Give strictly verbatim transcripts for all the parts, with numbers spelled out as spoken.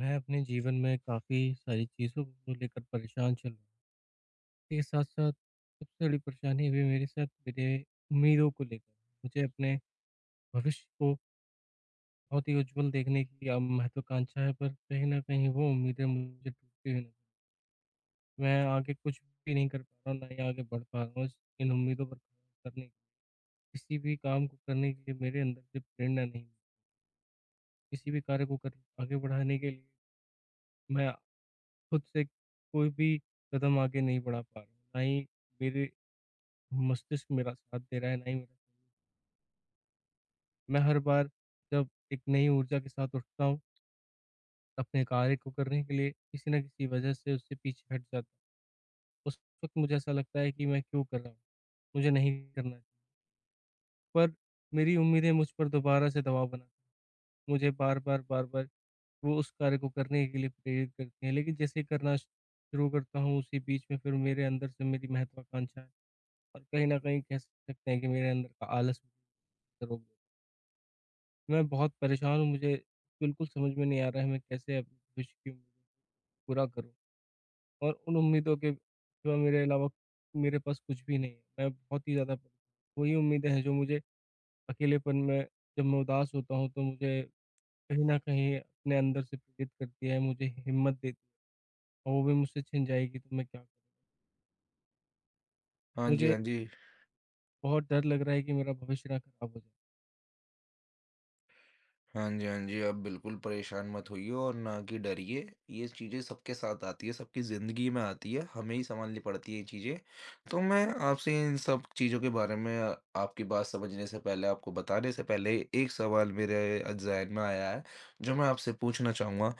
मैं अपने जीवन में काफ़ी सारी चीज़ों को लेकर परेशान चल रहा हूँ। इसके साथ-साथ सबसे बड़ी परेशानी भी मेरे साथ मेरे उम्मीदों को लेकर है। मुझे अपने भविष्य को बहुत ही उज्ज्वल देखने की अ, महत्वाकांक्षा है, पर कहीं न कहीं वो उम्मीदें मुझे टूटती हुई नज़र मैं आगे कुछ भी नहीं कर पा रहा हूँ, ना ही आगे बढ़ पा रहा हूँ। इस इन उम्मीदों पर करने किसी भी काम को करने के लिए मेरे अंदर से प्रेरणा नहीं, मिली। किसी भी कार्य को कर आगे बढ़ाने के लिए मैं खुद से कोई भी कदम आगे नहीं बढ़ा पा रहा हूँ। ना ही मेरे मस्तिष्क मेरा साथ दे रहा है, ना ही मेरा शरीर। मैं हर बार जब एक नई ऊर्जा के साथ उठता हूँ, अपने कार्य को करने के लिए किसी न किसी वजह से उससे पीछे हट जाता हूँ। उस वक़्त मुझे ऐसा लगता है कि मैं क्यों कर रहा हूँ? मुझे नहीं करना चाहिए। पर मेरी उम्मीदें मुझ पर दोबारा से दबाव बनाती हैं। मुझे बार-बार, बार-बार वो उस कार्य को करने के लिए प्रेरित करती हैं। लेकिन जैसे ही करना शुरू करता हूँ, उसी बीच में फिर मेरे अंदर से मेरी महत्वाकांक्षाएँ और कहीं न कहीं कह सकते हैं कि मेरे अंदर का आलस भी रोक देता है। मैं बहुत परेशान हूँ, मुझे बिल्कुल समझ में नहीं आ रहा है मैं कैसे अपने भविष्य की उम्मीदें पूरा करूँ? और उन उम्मीदों के सिवा मेरे अलावा मेरे पास कुछ भी नहीं है। मैं बहुत ही ज़्यादा परेशान हूँ। वही उम्मीदें हैं जो मुझे अकेलेपन में जब मैं उदास होता हूँ तो मुझे कहीं न कहीं अपने अंदर से पीड़ित करती है, मुझे हिम्मत देती है, और वो भी मुझसे छिन जाएगी तो मैं क्या करूँ? हाँ जी, मुझे हाँ जी। बहुत डर लग रहा है कि मेरा भविष्य ना खराब हो जाए। हाँ जी, हाँ जी। आप बिल्कुल परेशान मत होइए और ना कि डरिए। ये चीज़ें सबके साथ आती है, सबकी ज़िंदगी में आती है, हमें ही सँभालनी पड़ती है ये चीज़ें। तो मैं आपसे इन सब चीज़ों के बारे में आ- आपकी बात समझने से पहले, आपको बताने से पहले एक सवाल मेरे अ, ज़हन में आया है, जो मैं आपसे पूछना चाहूँगा।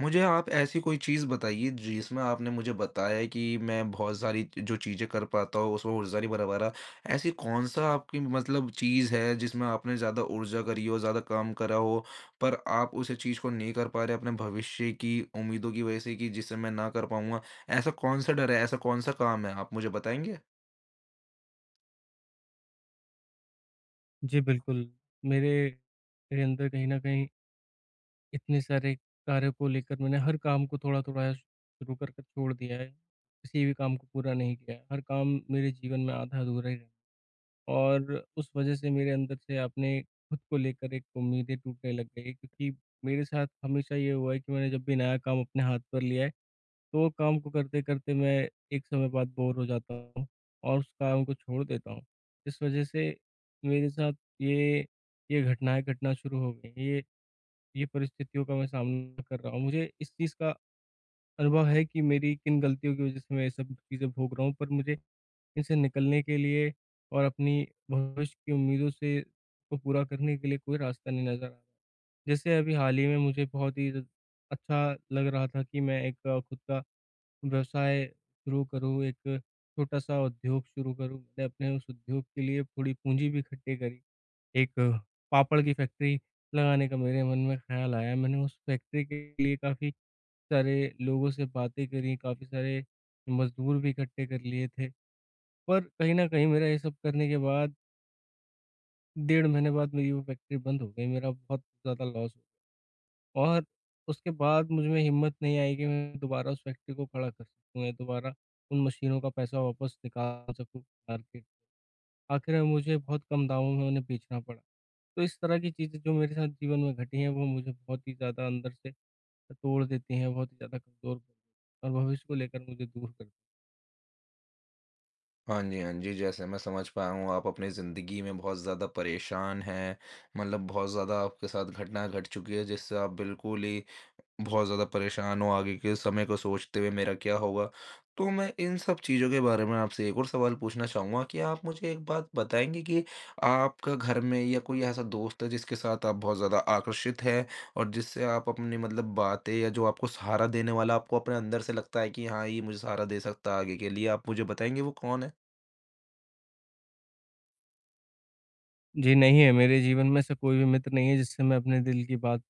मुझे आप ऐसी कोई चीज़ बताइए जिसमें आपने मुझे बताया है कि मैं बहुत सारी जो चीज़ें कर पाता हूँ उसमें ऊर्जा नहीं बना पा रहा। ऐसी कौन-सा आपकी मतलब चीज़ है जिसमें आपने ज़्यादा ऊर्जा करी हो, ज़्यादा काम करा हो, पर आप उस चीज़ को नहीं कर पा रहे अपने भविष्य की उम्मीदों की वजह से कि जिसे मैं ना कर पाऊँगा? ऐसा कौन-सा डर है, ऐसा कौन-सा काम है? आप मुझे बताएँगे? जी, बिल्कुल। मेरे मेरे अंदर कहीं न कहीं इतने सारे कार्य को लेकर मैंने हर काम को थोड़ा-थोड़ा शुरू कर कर छोड़ दिया है। किसी भी काम को पूरा नहीं किया है। हर काम मेरे जीवन में आधा-अधूरा ही रह और उस वज़ह से मेरे अंदर से आपने खुद को लेकर एक उम्मीदें टूटने लग गई हैं, क्योंकि मेरे साथ हमेशा ये हुआ है कि मैंने जब भी नया काम अपने हाथ पर लिया है तो काम को करते-करते मैं एक समय बाद बोर हो जाता हूँ और उस काम को छोड़ देता हूँ। इस वजह से मेरे साथ ये ये घटनाएँ घटना शुरू हो गई हैं। ये ये परिस्थितियों का मैं सामना कर रहा हूँ। मुझे इस चीज़ का अनुभव है कि मेरी किन गलतियों की वजह से मैं ये सब चीज़ें भोग रहा हूँ, पर मुझे इनसे निकलने के लिए और अपनी भविष्य की उम्मीदों से को पूरा करने के लिए कोई रास्ता नहीं नज़र आ रहा। जैसे अभी हाल ही में मुझे बहुत ही ज़ अच्छा लग रहा था कि मैं एक अ, खुद का व्यवसाय शुरू करूँ, एक छोटा-सा उद्योग शुरू करूँ। मैंने अपने उस उद्योग के लिए थोड़ी पूँजी भी इकट्ठी करी। एक अ, पापड़ की फैक्ट्री लगाने का मेरे मन में ख़्याल आया। मैंने उस फैक्ट्री के लिए काफ़ी सारे लोगों से बातें करी, काफ़ी सारे मज़दूर भी इकट्ठे कर लिए थे। पर कहीं न कहीं मेरा ये सब करने के बाद डेढ़ महीने बाद मेरी वो फैक्ट्री बंद हो गई, मेरा बहुत ज़्यादा लॉस हुआ और उसके बाद मुझ में हिम्मत नहीं आई कि मैं दोबारा उस फैक्ट्री को खड़ा कर सकूँ या दोबारा उन मशीनों का पैसा वापस निकाल सकूँ मार्केट से। आखिर मुझे बहुत कम दामों में उन्हें बेचना पड़ा। तो इस तरह की चीज़ें जो मेरे साथ जीवन में घटी हैं, वो मुझे बहुत ही ज़्यादा अंदर से तोड़ देती हैं, बहुत ही ज़्यादा कमज़ोर कर देती हैं और भविष्य को लेकर मुझे दूर कर देती हाँ जी, हाँ जी। जैसे मैं समझ पाया हूँ, आप अपनी ज़िंदगी में बहुत ज़्यादा परेशान हैं, मतलब बहुत ज़्यादा आपके साथ घटना घट चुकी है जिससे आप बिल्कुल ही बहुत ज़्यादा परेशान हो आगे के समय को सोचते हुए मेरा क्या होगा? तो मैं इन सब चीज़ों के बारे में आपसे एक और सवाल पूछना चाहूँगा कि आप मुझे एक बात बताएँगे कि आपका घर में या कोई ऐसा दोस्त है जिसके साथ आप बहुत ज़्यादा आकर्षित हैं और जिससे आप अपनी मतलब बातें, या जो आपको सहारा देने वाला आपको अपने अंदर से लगता है कि हाँ, ये मुझे सहारा दे सकता है आगे के लिए, आप मुझे बताएँगे वो कौन है? हैं। जी नहीं है, मेरे जीवन में ऐसा कोई भी मित्र नहीं है, जिससे मैं अपने दिल की बात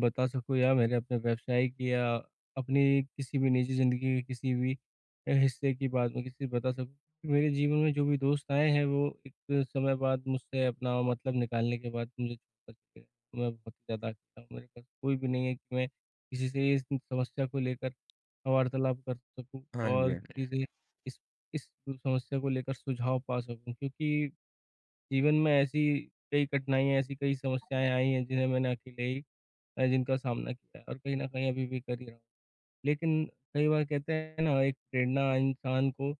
बता सकूँ या मैंने अपने व्यवसाय की या अपनी किसी भी निजी ज़िंदगी के किसी भी अ, हिस्से की बात मैं किसी से बता सकूँ। मेरे जीवन में जो भी दोस्त आए हैं वो एक समय बाद मुझसे अपना मतलब निकालने के बाद मुझे छोड़ करके गए। मैं बहुत ही ज़्यादा अकेला हूँ। मेरे पास कोई भी नहीं है कि मैं किसी से इस समस्या को लेकर वार्तालाप कर सकूँ हाँ जी, और हाँ जी। किसी से इस इस समस्या को लेकर सुझाव पा सकूँ, क्योंकि जीवन में ऐसी कई कठिनाइयाँ, ऐसी कई समस्याएँ आई हैं जिन्हें मैंने अकेले ही अ, जिनका सामना किया है और कहीं न कहीं अभी भी कर ही रहा हूँ। लेकिन कई बार कहते हैं ना एक प्रेरणा इंसान को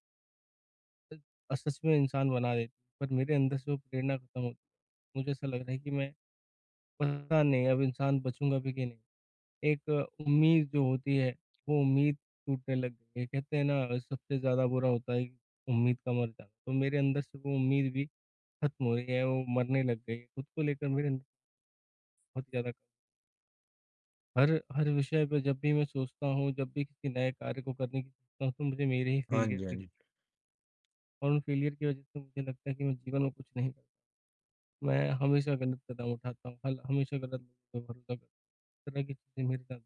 अ, सच में इंसान बना देती है, पर मेरे अंदर से वो प्रेरणा खत्म होती है। मुझे ऐसा लग रहा है कि मैं पता नहीं अब इंसान बचूँगा भी कि नहीं। एक उम्मीद जो होती है, वो उम्मीद टूटने लग गई है। कहते हैं ना सबसे ज़्यादा बुरा होता है उम्मीद का मर जाना। तो मेरे अंदर से वो उम्मीद भी खत्म हो रही है, वो मरने लग गई है। खुद को लेकर मेरे अंदर बहुत ज़्यादा हर हर विषय पे जब भी मैं सोचता हूँ, जब भी किसी नए कार्य को करने की सोचता हूँ, तो मुझे मेरे ही हाँ फेलियर जी, हाँ दिख जी। और उन फेलियर की वज़ह से मुझे लगता है कि मैं जीवन में कुछ नहीं कर मैं हमेशा गलत कदम उठाता हूँ, हल हमेशा गलत लोगों पे भरोसा करता हूँ। इस तरह की चीज़ें मेरे साथ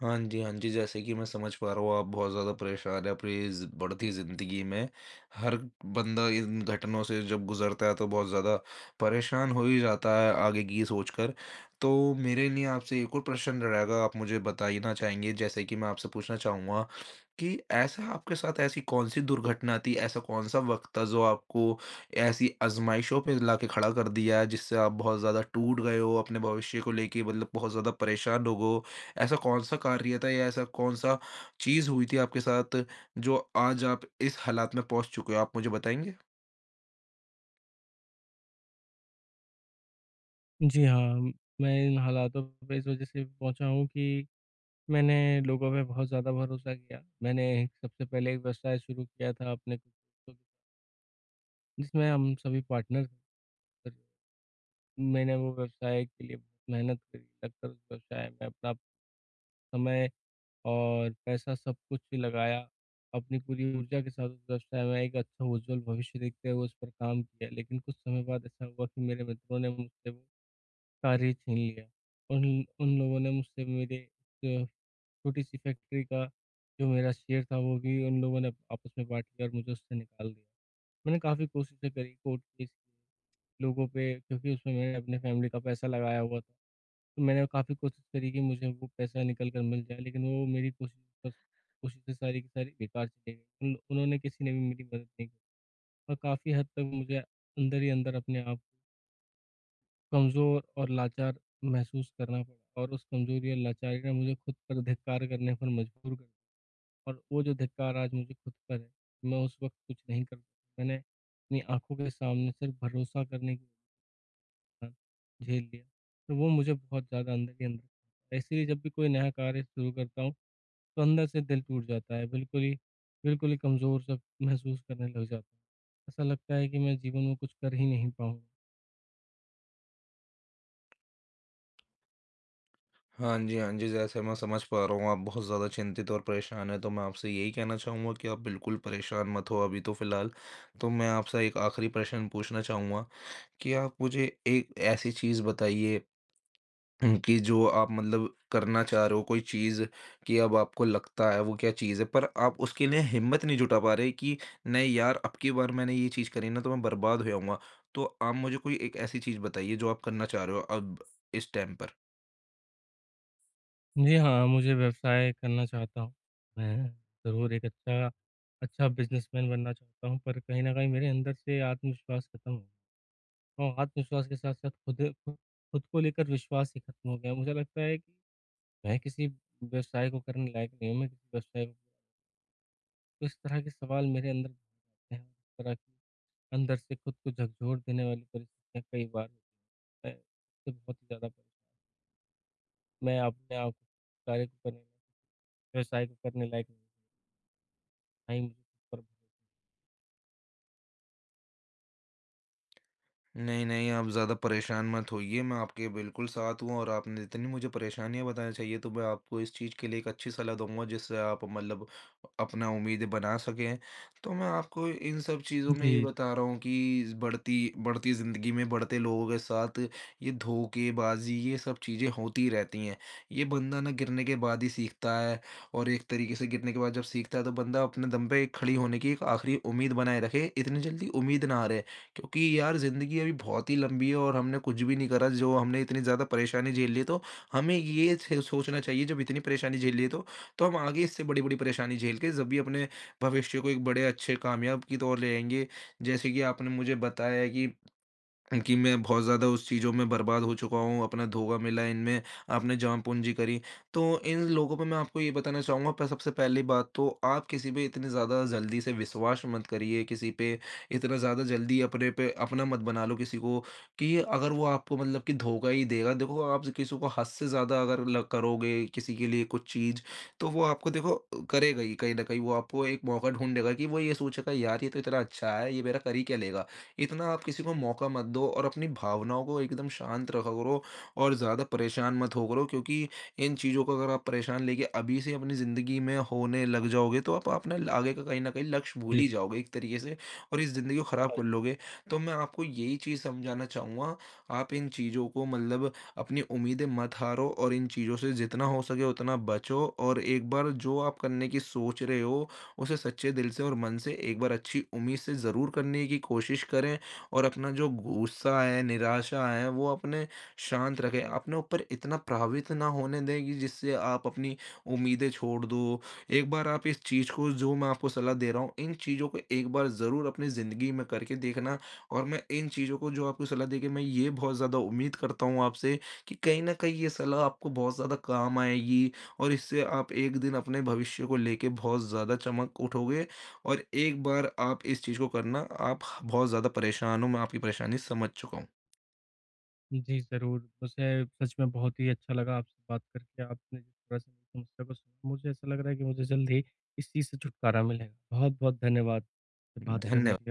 हाँ जी, हाँ जी, जैसे कि मैं समझ पा रहा हूँ, आप बहुत ज़्यादा परेशान हैं अपनी इस बढ़ती ज़िंदगी में। हर बंदा इन घटनाओं से जब गुज़रता है तो बहुत ज़्यादा परेशान हो ही जाता है आगे की सोचकर। तो मेरे लिए आपसे एक और प्रश्न रहेगा, आप मुझे बताना चाहेंगे, जैसे कि मैं आपसे पूछना चाहूँगा कि ऐसा आपके साथ ऐसी कौन-सी दुर्घटना थी, ऐसा कौन-सा वक़्त था जो आपको ऐसी आज़माइशों पे लाके खड़ा कर दिया है जिससे आप बहुत ज़्यादा टूट गए हो, अपने भविष्य को लेके मतलब बहुत ज़्यादा परेशान हो गो ऐसा कौन सा कार्य था या ऐसा कौन सा चीज़ हुई थी आपके साथ जो आज आप इस हालात में पहुँच चुके हो? आप मुझे बताएँगे? जी हाँ, मैं इन हालातों पे इस वज़ह से पहुँचा हूँ कि मैंने लोगों पे बहुत ज़्यादा भरोसा किया। मैंने सबसे पहले एक व्यवसाय शुरू किया था अपने कुछ दोस्तों के साथ, जिसमें हम सभी पार्टनर थे। पर मैंने वो व्यवसाय के लिए बहुत मेहनत करी, लगकर उस व्यवसाय में अपना समय और पैसा सब कुछ ही लगाया। अपनी पूरी ऊर्जा के साथ उस व्यवसाय में एक अच्छा उज्ज्वल भविष्य देखते हुए उस पर काम किया। लेकिन कुछ समय बाद ऐसा हुआ कि मेरे मित्रों ने मुझसे वो कार्य छीन लिया। उन उन लोगों ने मुझसे मेरे अ, छोटी-सी फैक्ट्री का जो मेरा शेयर था वो भी उन लोगों ने आपस में बाँट लिया और मुझे उससे निकाल दिया। मैंने काफ़ी कोशिशें करी, कोर्ट केस किए, लोगों पे, क्योंकि उसमें मैंने अपने फैमिली का पैसा लगाया हुआ था। तो मैंने काफ़ी कोशिश करी कि मुझे वो पैसा निकल कर मिल जाए, लेकिन वो मेरी कोशिश बस कोशिशें सारी की सारी बेकार चली गई। उन उन्होंने किसी ने भी मेरी मदद नहीं की और काफ़ी हद तक मुझे अंदर ही अंदर अपने आप कमज़ोर और लाचार महसूस करना पड़ा, और उस कमज़ोरी और लाचारी ने मुझे खुद पर धिक्कार करने पर मजबूर कर दिया। और वो जो धिक्कार आज मुझे खुद पर है, मैं उस वक़्त कुछ नहीं कर पाया। मैंने अपनी आँखों के सामने सिर्फ़ भरोसा करने की वजह से झेल लिया, तो वो मुझे बहुत ज़्यादा अंदर ही अंदर खाता है। इसीलिए जब भी कोई नया कार्य शुरू करता हूँ, तो अंदर से दिल टूट जाता है, बिल्कुल ही बिल्कुल ही कमज़ोर-सा महसूस करने लग जाता हूँ। ऐसा लगता है कि मैं जीवन में कुछ कर ही नहीं पाऊँगा। हाँ जी, हाँ जी। जैसे मैं समझ पा रहा हूँ, आप बहुत ज़्यादा चिंतित और परेशान हैं, तो मैं आपसे यही कहना चाहूँगा कि आप बिल्कुल परेशान मत हो अभी तो फ़िलहाल। तो मैं आपसे एक आखिरी प्रश्न पूछना चाहूँगा कि आप मुझे एक ऐसी चीज़ बताइए हुँ, कि जो आप मतलब करना चाह रहे हो, कोई चीज़ कि अब आपको लगता है वो क्या चीज़ है, पर आप उसके लिए हिम्मत नहीं जुटा पा रहे कि नहीं यार, अब की बार मैंने ये चीज़ करी ना तो मैं बर्बाद हो जाऊँगा। तो आप मुझे कोई एक ऐसी चीज़ बताइए जो आप करना चाह रहे हो अब इस टाइम पर? जी हाँ, मुझे व्यवसाय करना चाहता हूँ। मैं ज़रूर एक अच्छा अच्छा बिज़नेसमैन बनना चाहता हूँ, पर कहीं न कहीं मेरे अंदर से आत्मविश्वास खत्म हो गया और आत्मविश्वास के साथ-साथ खुद खु खुद को लेकर विश्वास ही खत्म हो गया। मुझे लगता है कि मैं किसी व्यवसाय को करने लायक नहीं हूँ, मैं किसी व्यवसाय को तो इस तरह के सवाल मेरे अंदर आते हैं। इस तरह की अंदर से खुद को झकझोर देने वाली परिस्थितियाँ कई बार होती हैं। इससे बहुत ही ज़्यादा परेशान मैं अपने आप को कार्य को करने में व्यवसाय को करने लायक नहीं हूँ। आई मुझे खुद पर भरोसा। नहीं, नहीं, आप ज़्यादा परेशान मत होइए, मैं आपके बिल्कुल साथ हूँ, और आपने जितनी मुझे परेशानियाँ बतानी चाहिए, तो मैं आपको इस चीज़ के लिए एक अच्छी सलाह दूँगा, जिससे आप मतलब अपना उम्मीदें बना सकें। तो मैं आपको इन सब चीज़ों में ये जी, बता रहा हूँ कि इस बढ़ती बढ़ती ज़िंदगी में बढ़ते लोगों के साथ ये धोखेबाज़ी, ये सब चीज़ें होती रहती हैं। ये बंदा ना गिरने के बाद ही सीखता है, और एक तरीके से गिरने के बाद जब सीखता है, तो बंदा अपने दम पे खड़ी होने की एक आखिरी उम्मीद बनाए रखे, इतनी जल्दी उम्मीद ना हारे। क्योंकि यार, ज़िंदगी अभी बहुत ही लंबी है और हमने कुछ भी नहीं करा, जो हमने इतनी ज़्यादा परेशानी झेल ली है, तो हमें ये थे- सोचना चाहिए जब इतनी परेशानी झेल ली है तो तो हम आगे इससे बड़ी बड़ी परेशानी झेल के जब भी अपने भविष्य को एक बड़े अच्छे कामयाब की तौर ले आएंगे, जैसे कि आपने मुझे बताया कि कि मैं बहुत ज़्यादा उस चीज़ों में बर्बाद हो चुका हूँ, अपना धोखा मिला इनमें, आपने जान-पूँजी करी। तो इन लोगों पे मैं आपको ये बताना चाहूँगा, प सबसे पहली बात तो आप किसी पे इतनी ज़्यादा जल्दी से विश्वास मत करिए, किसी पे इतना ज़्यादा जल्दी अपने पे अपना मत बना लो किसी को कि अगर वो आपको मतलब कि धोखा ही देगा। देखो, आप किसी को हद से ज़्यादा अगर ल करोगे, किसी के लिए कुछ चीज़, तो वो आपको देखो, करेगा ही कहीं न कहीं। वो आपको एक मौका ढूँढ देगा कि वो ये सोचेगा, "यार, ये तो इतना अच्छा है, ये मेरा कर ही क्या लेगा?" इतना आप किसी को मौका मत दो और अपनी भावनाओं को एकदम शांत रखा करो और ज़्यादा परेशान मत हो करो, क्योंकि इन चीज़ों को अगर आप परेशान लेके अभी से अपनी ज़िंदगी में होने लग जाओगे तो आप अपना आगे का कहीं न कहीं लक्ष्य भूल जी। ही जाओगे एक तरीके से, और इस ज़िंदगी को ख़राब पर कर लोगे। तो मैं आपको यही चीज़ समझाना चाहूँगा, आप इन चीज़ों को मतलब अपनी उम्मीदें मत हारो और इन चीज़ों से जितना हो सके उतना बचो, और एक बार जो आप करने की सोच रहे हो उसे सच्चे दिल से और मन से एक बार अच्छी उम्मीद से ज़रूर करने की कोशिश करें, और अपना जो गुस्सा है, निराशा है, वो अपने शांत रखें। अपने ऊपर इतना प्रभावित ना होने दें कि जिससे आप अपनी उम्मीदें छोड़ दो। एक बार आप इस चीज़ को जो मैं आपको सलाह दे रहा हूँ, इन चीज़ों को एक बार ज़रूर अपनी ज़िंदगी में करके देखना, और मैं इन चीज़ों को जो आपको सलाह देके, मैं ये बहुत ज़्यादा उम्मीद करता हूँ आपसे कि कहीं न कहीं ये सलाह आपको बहुत ज़्यादा काम आएगी, और इससे आप एक दिन अपने भविष्य को लेके बहुत ज़्यादा चमक उठोगे। और एक बार आप इस चीज़ को करना, आप बहुत ज़्यादा परेशान हो, मैं आपकी परेशानी समझ चुका हूँ। जी, ज़रूर। मुझे सच में बहुत ही अच्छा लगा आपसे बात करके। आपने जिस तरह से मेरी समस्या को सुना, मुझे ऐसा लग रहा है कि मुझे जल्द ही इस चीज़ से छुटकारा मिलेगा। बहुत-बहुत धन्यवाद बात करने धन्य के लिए।